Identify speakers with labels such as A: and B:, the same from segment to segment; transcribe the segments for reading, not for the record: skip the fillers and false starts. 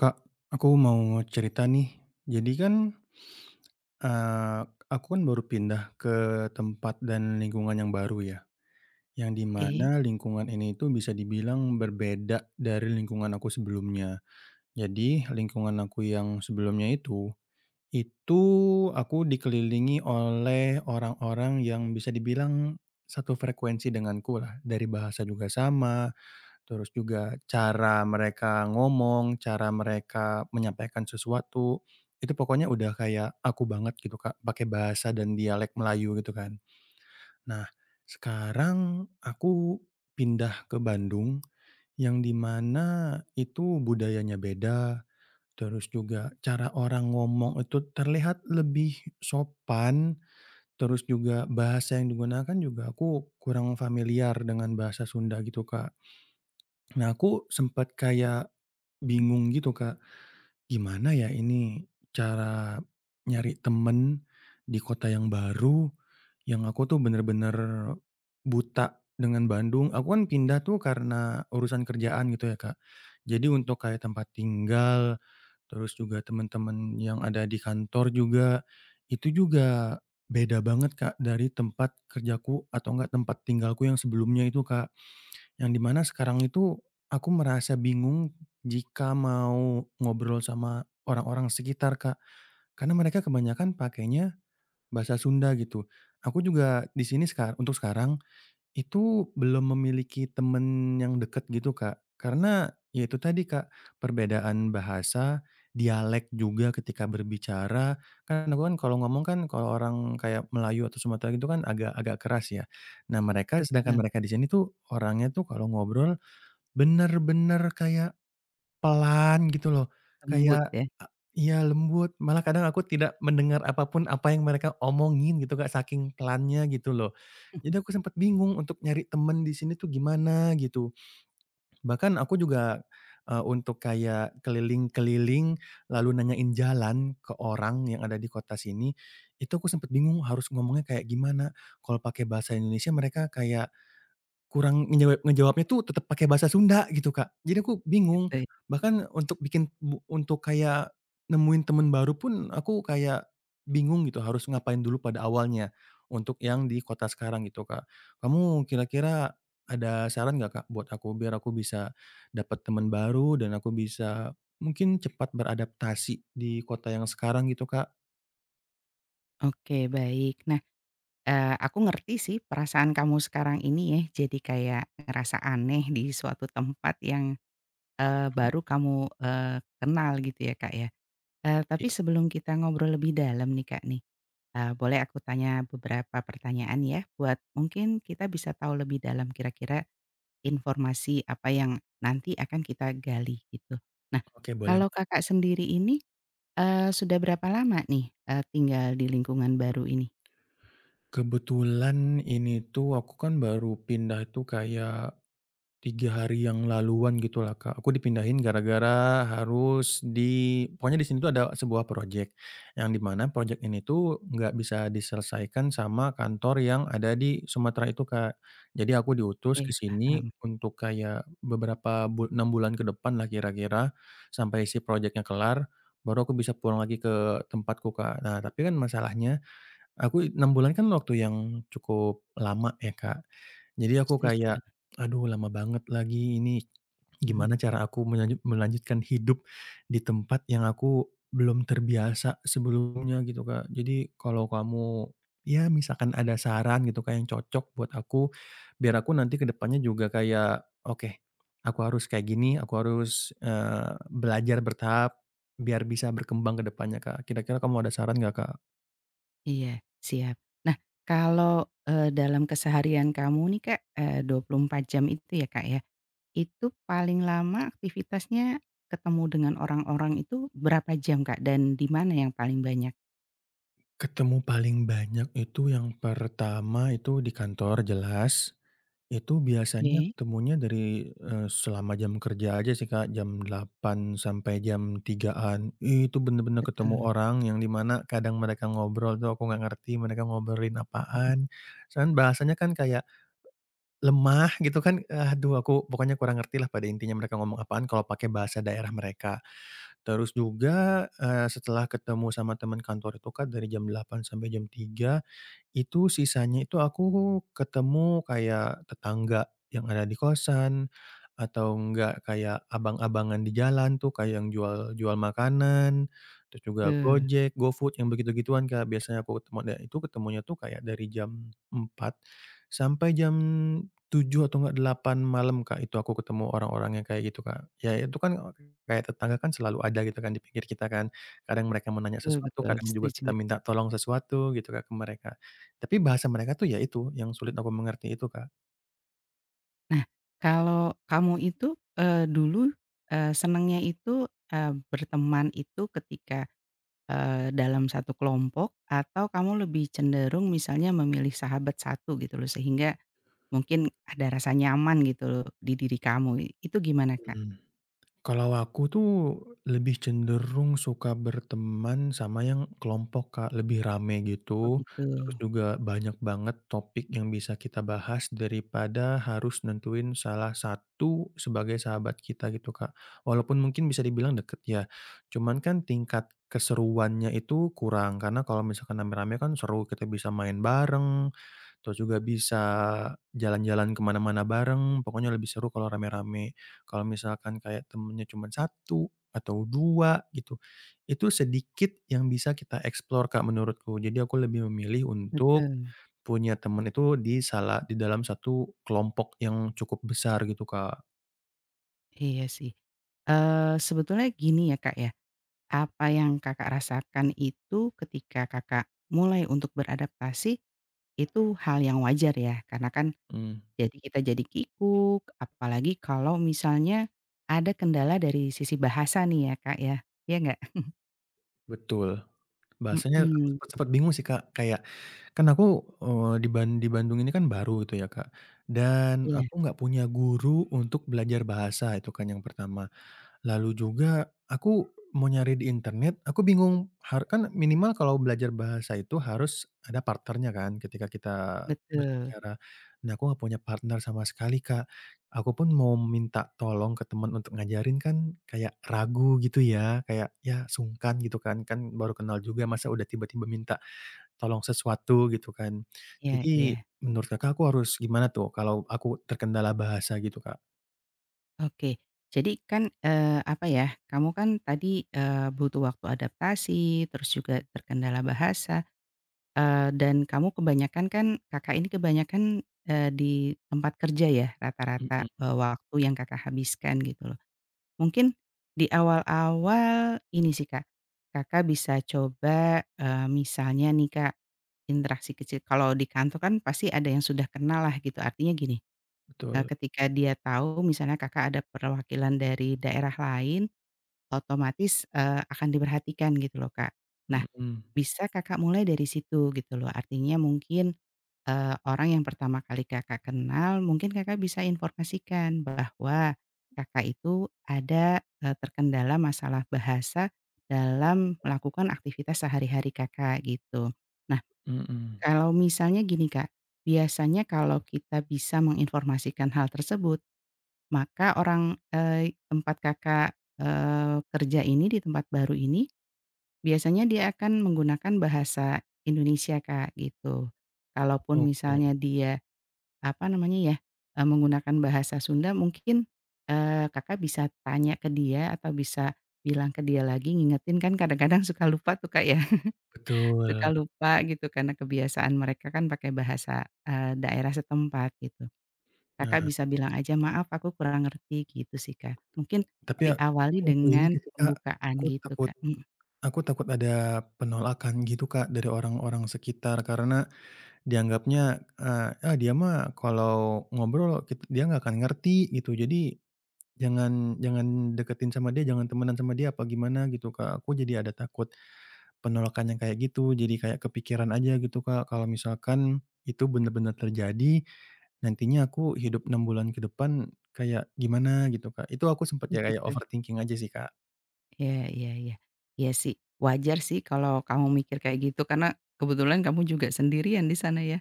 A: Kak, aku mau cerita nih. Jadi kan, eee, aku kan baru pindah ke tempat dan lingkungan yang baru ya, yang di
B: Oke,
A: mana lingkungan ini itu bisa dibilang berbeda dari lingkungan aku sebelumnya. Jadi lingkungan aku yang sebelumnya itu aku dikelilingi oleh orang-orang yang bisa dibilang satu frekuensi denganku lah, dari bahasa juga sama. Terus juga cara mereka ngomong, cara mereka menyampaikan sesuatu, itu pokoknya udah kayak aku banget gitu, Kak, pakai bahasa dan dialek Melayu gitu kan. Nah, sekarang aku pindah ke Bandung yang di mana itu budayanya beda, terus juga cara orang ngomong itu terlihat lebih sopan, terus juga bahasa yang digunakan juga aku kurang familiar dengan bahasa Sunda gitu, Kak. Nah, aku sempat kayak bingung gitu, Kak. Gimana ya ini cara nyari temen di kota yang baru, yang aku tuh bener-bener buta dengan Bandung. Aku kan pindah tuh karena urusan kerjaan gitu ya, Kak. Jadi untuk kayak tempat tinggal, terus juga teman-teman yang ada di kantor juga, itu juga beda banget, Kak, dari tempat kerjaku atau enggak tempat tinggalku yang sebelumnya itu, Kak. Yang di mana sekarang itu aku merasa bingung jika mau ngobrol sama orang-orang sekitar, Kak, karena mereka kebanyakan pakainya bahasa Sunda gitu. Aku juga di sini sekarang untuk sekarang itu belum memiliki temen yang deket gitu, Kak, karena ya itu tadi, Kak, perbedaan bahasa, dialek juga ketika berbicara, kan aku kan kalau ngomong kan kalau orang kayak Melayu atau Sumatera gitu kan agak agak keras ya. Nah mereka sedangkan
B: tetap
A: mereka di sini tuh orangnya tuh kalau ngobrol bener-bener kayak pelan gitu loh,
B: lembut
A: kayak
B: ya,
A: iya lembut, malah kadang aku tidak mendengar apapun apa yang mereka omongin gitu Kak, saking pelannya gitu loh. Jadi aku sempet bingung untuk nyari temen di sini tuh gimana gitu. Bahkan aku juga, untuk kayak keliling-keliling, lalu nanyain jalan ke orang yang ada di kota sini, itu aku sempet bingung harus ngomongnya kayak gimana. Kalau pakai bahasa Indonesia mereka kayak kurang ngejawabnya tuh tetep pakai bahasa Sunda gitu, Kak. Jadi aku bingung,
B: gitu ya.
A: bahkan untuk bikin bu untuk kayak nemuin temen baru pun aku kayak bingung gitu harus ngapain dulu pada awalnya, untuk yang di kota sekarang gitu, Kak. Kamu kira-kira ada saran nggak, Kak, buat aku biar aku bisa dapet temen baru dan aku bisa mungkin cepat beradaptasi di kota yang sekarang gitu, Kak?
B: Oke baik. Nah, aku ngerti sih perasaan kamu sekarang ini ya, jadi kayak ngerasa aneh di suatu tempat yang, baru kamu, kenal gitu ya, Kak, ya. Tapi
A: Iya,
B: sebelum kita ngobrol lebih dalam nih, Kak, nih, boleh aku tanya beberapa pertanyaan ya, buat mungkin kita bisa tahu lebih dalam kira-kira informasi apa yang nanti akan kita gali gitu. Nah,
A: oke boleh.
B: kalau Kakak sendiri ini sudah berapa lama nih, tinggal di lingkungan baru ini?
A: Kebetulan ini tuh aku kan baru pindah itu kayak 3 hari yang laluan gitu lah Kak. Aku dipindahin gara-gara harus di pokoknya di sini tuh ada sebuah project, yang di mana project ini tuh nggak bisa diselesaikan sama kantor yang ada di Sumatera itu, Kak. Jadi aku diutus ke
B: Oke,
A: sini
B: paham.
A: untuk kayak beberapa bul 6 bulan ke depan lah kira-kira, sampai si project kelar, baru aku bisa pulang lagi ke tempatku, Kak. Nah, tapi kan masalahnya aku 6 bulan kan waktu yang cukup lama ya, Kak. Jadi aku
B: Setuju.
A: kayak, "Aduh lama banget lagi ini,
B: Mhm,
A: gimana cara aku melanjutkan hidup di tempat yang aku belum terbiasa sebelumnya?" Gitu, Kak. Jadi kalau kamu ya misalkan ada saran gitu, Kak, yang cocok buat aku, biar aku nanti ke depannya juga kayak, "Oke, aku harus kayak gini, aku harus, belajar bertahap biar bisa berkembang ke depannya," Kak. Kira-kira kamu ada saran nggak, Kak?
B: iya, siap. Nah, kalau, dalam keseharian kamu nih, Kak, 24 jam itu ya, Kak, ya, itu paling lama aktivitasnya ketemu dengan orang-orang itu berapa jam, Kak? Dan di mana yang paling banyak?
A: Ketemu paling banyak itu yang pertama itu di kantor jelas, itu biasanya
B: Oke,
A: ketemunya dari, selama jam kerja aja sih Kak, jam 8 sampai jam 3-an. Itu bener-bener ketemu
B: betul
A: orang yang di mana kadang mereka ngobrol tuh aku nggak ngerti mereka ngobrolin apaan, soalnya bahasanya kan kayak lemah gitu kan, aduh aku pokoknya kurang ngerti lah pada intinya mereka ngomong apaan kalau pakai bahasa daerah mereka. Terus juga, setelah ketemu sama teman kantor itu kan dari jam 8 sampai jam tiga itu sisanya itu aku ketemu kayak tetangga yang ada di kosan, atau enggak kayak abang-abangan di jalan tuh kayak yang jual jual makanan, terus juga
B: betul
A: Gojek, GoFood yang begitu-gituan, Kak, biasanya aku ketemu dan itu ketemunya tuh kayak dari jam 4 sampai jam 7 atau enggak 8 malam, Kak, itu aku ketemu orang-orang yang kayak gitu, Kak. Ya itu kan kayak tetangga kan selalu ada gitu kan di pinggir kita kan. Kadang mereka mau nanya
B: betul
A: sesuatu,
B: betul,
A: kadang juga kita
B: setuju.
A: minta tolong sesuatu gitu, Kak, ke mereka. Tapi bahasa mereka tuh ya itu, yang sulit aku mengerti itu, Kak.
B: Nah, kalau kamu itu, dulu, senangnya itu, berteman itu ketika dalam satu kelompok atau kamu lebih cenderung misalnya memilih sahabat satu gitu loh sehingga mungkin ada rasa nyaman gitu loh di diri kamu, itu gimana, Kak?
A: Mhm. Kalau aku tuh lebih cenderung suka berteman sama yang kelompok, Kak, lebih rame
B: Oh
A: gitu,
B: gitu,
A: terus juga banyak banget topik yang bisa kita bahas daripada harus nentuin salah satu sebagai sahabat kita gitu, Kak. Walaupun mungkin bisa dibilang deket ya, cuman kan tingkat keseruannya itu kurang, karena kalau misalkan rame-rame kan seru, kita bisa main bareng. Terus juga bisa jalan-jalan kemana mana bareng, pokoknya lebih seru kalau rame-rame. Kalau misalkan kayak temennya cuma satu atau 2 gitu, itu sedikit yang bisa kita explore, Kak, menurutku. Jadi aku lebih memilih untuk
B: betul,
A: punya temen itu di di dalam satu kelompok yang cukup besar gitu, Kak.
B: iya sih. Sebetulnya gini ya, Kak, ya, apa yang Kakak rasakan itu ketika Kakak mulai untuk beradaptasi itu hal yang wajar ya karena kan
A: Mhm,
B: jadi kita jadi kikuk, apalagi kalau misalnya ada kendala dari sisi bahasa nih ya, Kak, ya, iya nggak?
A: betul. Bahasanya aku
B: Mhm,
A: sempet bingung sih, Kak, kayak kan aku, di di Bandung ini kan baru gitu ya, Kak, dan
B: iya,
A: aku nggak punya guru untuk belajar bahasa itu kan yang pertama. Lalu juga aku mau nyari di internet, aku bingung kan minimal kalau belajar bahasa itu harus ada partnernya kan ketika kita
B: betul.
A: berbicara. Nah, aku nggak punya partner sama sekali, Kak. Aku pun mau minta tolong ke teman untuk ngajarin kan kayak ragu gitu ya, kayak ya sungkan gitu kan, kan baru kenal juga masa udah tiba-tiba minta tolong sesuatu gitu kan.
B: Iya
A: Jadi
B: iya.
A: menurut Kakak aku harus gimana tuh kalau aku terkendala bahasa gitu, Kak?
B: Oke. Jadi kan, apa ya, kamu kan tadi, butuh waktu adaptasi, terus juga terkendala bahasa, dan kamu kebanyakan kan Kakak ini kebanyakan, di tempat kerja ya rata-rata,
A: Mhm,
B: waktu yang Kakak habiskan gitu loh. Mungkin di awal-awal ini sih Kak, Kakak bisa coba, misalnya nih Kak, interaksi kecil kalau di kantor kan pasti ada yang sudah kenal lah gitu, artinya gini
A: betul.
B: ketika dia tahu misalnya Kakak ada perwakilan dari daerah lain, otomatis, akan diperhatikan gitu loh, Kak. Nah,
A: Mhm.
B: bisa Kakak mulai dari situ gitu loh. Artinya mungkin, orang yang pertama kali Kakak kenal, mungkin Kakak bisa informasikan bahwa Kakak itu ada, terkendala masalah bahasa dalam melakukan aktivitas sehari-hari Kakak, gitu. Nah,
A: Mhm.
B: kalau misalnya gini, Kak, biasanya kalau kita bisa menginformasikan hal tersebut maka orang, tempat Kakak, kerja ini di tempat baru ini, biasanya dia akan menggunakan bahasa Indonesia, Kak, gitu. Kalaupun
A: Oke.
B: misalnya dia, apa namanya ya, menggunakan bahasa Sunda mungkin, Kakak bisa tanya ke dia atau bisa bilang ke dia lagi, ngingetin kan kadang-kadang suka lupa tuh, Kak, ya, suka
A: Betul.
B: lupa gitu karena kebiasaan mereka kan pakai bahasa, daerah setempat gitu. Kakak
A: Nah,
B: bisa bilang aja, "Maaf aku kurang ngerti," gitu sih, Kak. Mungkin
A: tapi
B: diawali
A: aku ini
B: dengan
A: gitu, Kak,
B: pembukaan
A: aku
B: gitu,
A: takut
B: Kak, mhm,
A: aku takut ada penolakan gitu, Kak, dari orang-orang sekitar karena dianggapnya, "Ah, dia mah kalau ngobrol dia nggak akan ngerti," gitu. Jadi jangan jangan deketin sama dia, jangan temenan sama dia apa gimana gitu, Kak. Aku jadi ada takut penolakan yang kayak gitu, jadi kayak kepikiran aja gitu, Kak, kalau misalkan itu bener-bener terjadi, nantinya aku hidup 6 bulan ke depan kayak gimana gitu, Kak. Itu aku sempet ya kayak
B: gitu.
A: overthinking aja sih, Kak.
B: Iya iya iya. Iya sih, wajar sih kalau kamu mikir kayak gitu karena kebetulan kamu juga sendirian di sana ya.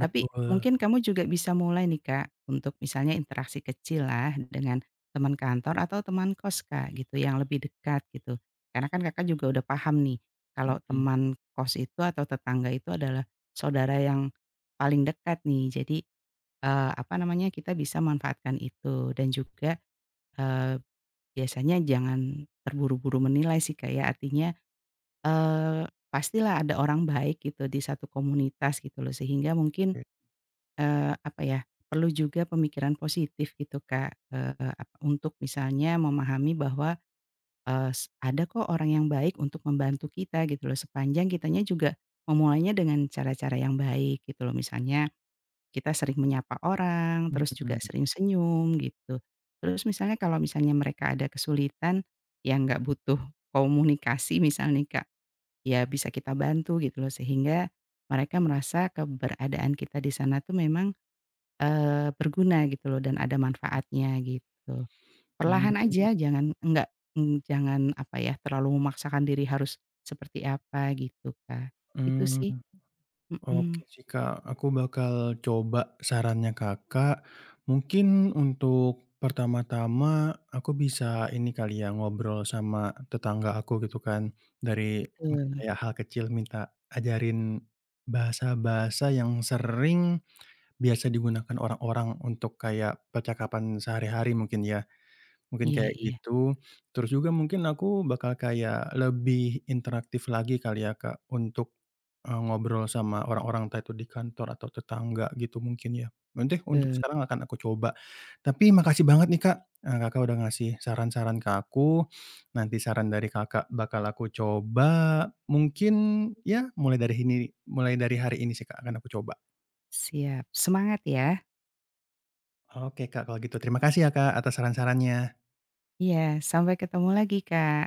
B: Tapi mungkin kamu juga bisa mulai nih Kak, untuk misalnya interaksi kecil lah dengan teman kantor atau teman kos Kak gitu yang lebih dekat gitu. Karena kan Kakak juga udah paham nih, kalau
A: Mhm.
B: teman kos itu atau tetangga itu adalah saudara yang paling dekat nih. Jadi, apa namanya, kita bisa manfaatkan itu dan juga, eee Biasanya jangan terburu-buru menilai sih Kak ya, artinya, eee, pastilah ada orang baik gitu di satu komunitas gitu loh, sehingga mungkin,
A: Mhm.
B: apa ya, perlu juga pemikiran positif gitu Kak, eee, ap untuk misalnya memahami bahwa, eee, s ada kok orang yang baik untuk membantu kita gitu loh, sepanjang kitanya juga memulainya dengan cara-cara yang baik gitu loh. Misalnya kita sering menyapa orang, terus juga sering senyum gitu. Terus misalnya kalau misalnya mereka ada kesulitan, ya nggak butuh komunikasi misalnya Kak, ya bisa kita bantu gitu loh sehingga mereka merasa keberadaan kita di sana tuh memang, berguna gitu loh dan ada manfaatnya gitu. Perlahan
A: Mhm.
B: aja jangan nggak jangan apa ya, terlalu memaksakan diri harus seperti apa gitu Kak. Itu
A: Mmm.
B: sih
A: Mmm.
B: mhm,
A: Oke sih, Kak, aku bakal coba sarannya Kakak. Mungkin untuk pertama-tama aku bisa ini kali ya, ngobrol sama tetangga aku gitu kan, dari mungkin
B: betul.
A: kayak hal kecil minta ajarin bahasa-bahasa yang sering biasa digunakan orang-orang untuk kayak percakapan sehari-hari mungkin ya, mungkin
B: Iya
A: kayak
B: iya,
A: gitu. Terus juga mungkin aku bakal kayak lebih interaktif lagi kali ya, Kak, untuk ngobrol sama orang-orang entah itu di kantor atau tetangga gitu mungkin ya. Nanti untuk
B: betul.
A: sekarang akan aku coba. Tapi makasih banget nih Kak, Kakak udah ngasih saran-saran ke aku, nanti saran dari Kakak bakal aku coba, mungkin ya mulai dari hari ini sih Kak akan aku coba.
B: Siap, semangat ya.
A: Oke Kak kalau gitu terima kasih ya Kak atas saran-sarannya.
B: Iya, sampai ketemu lagi, Kak.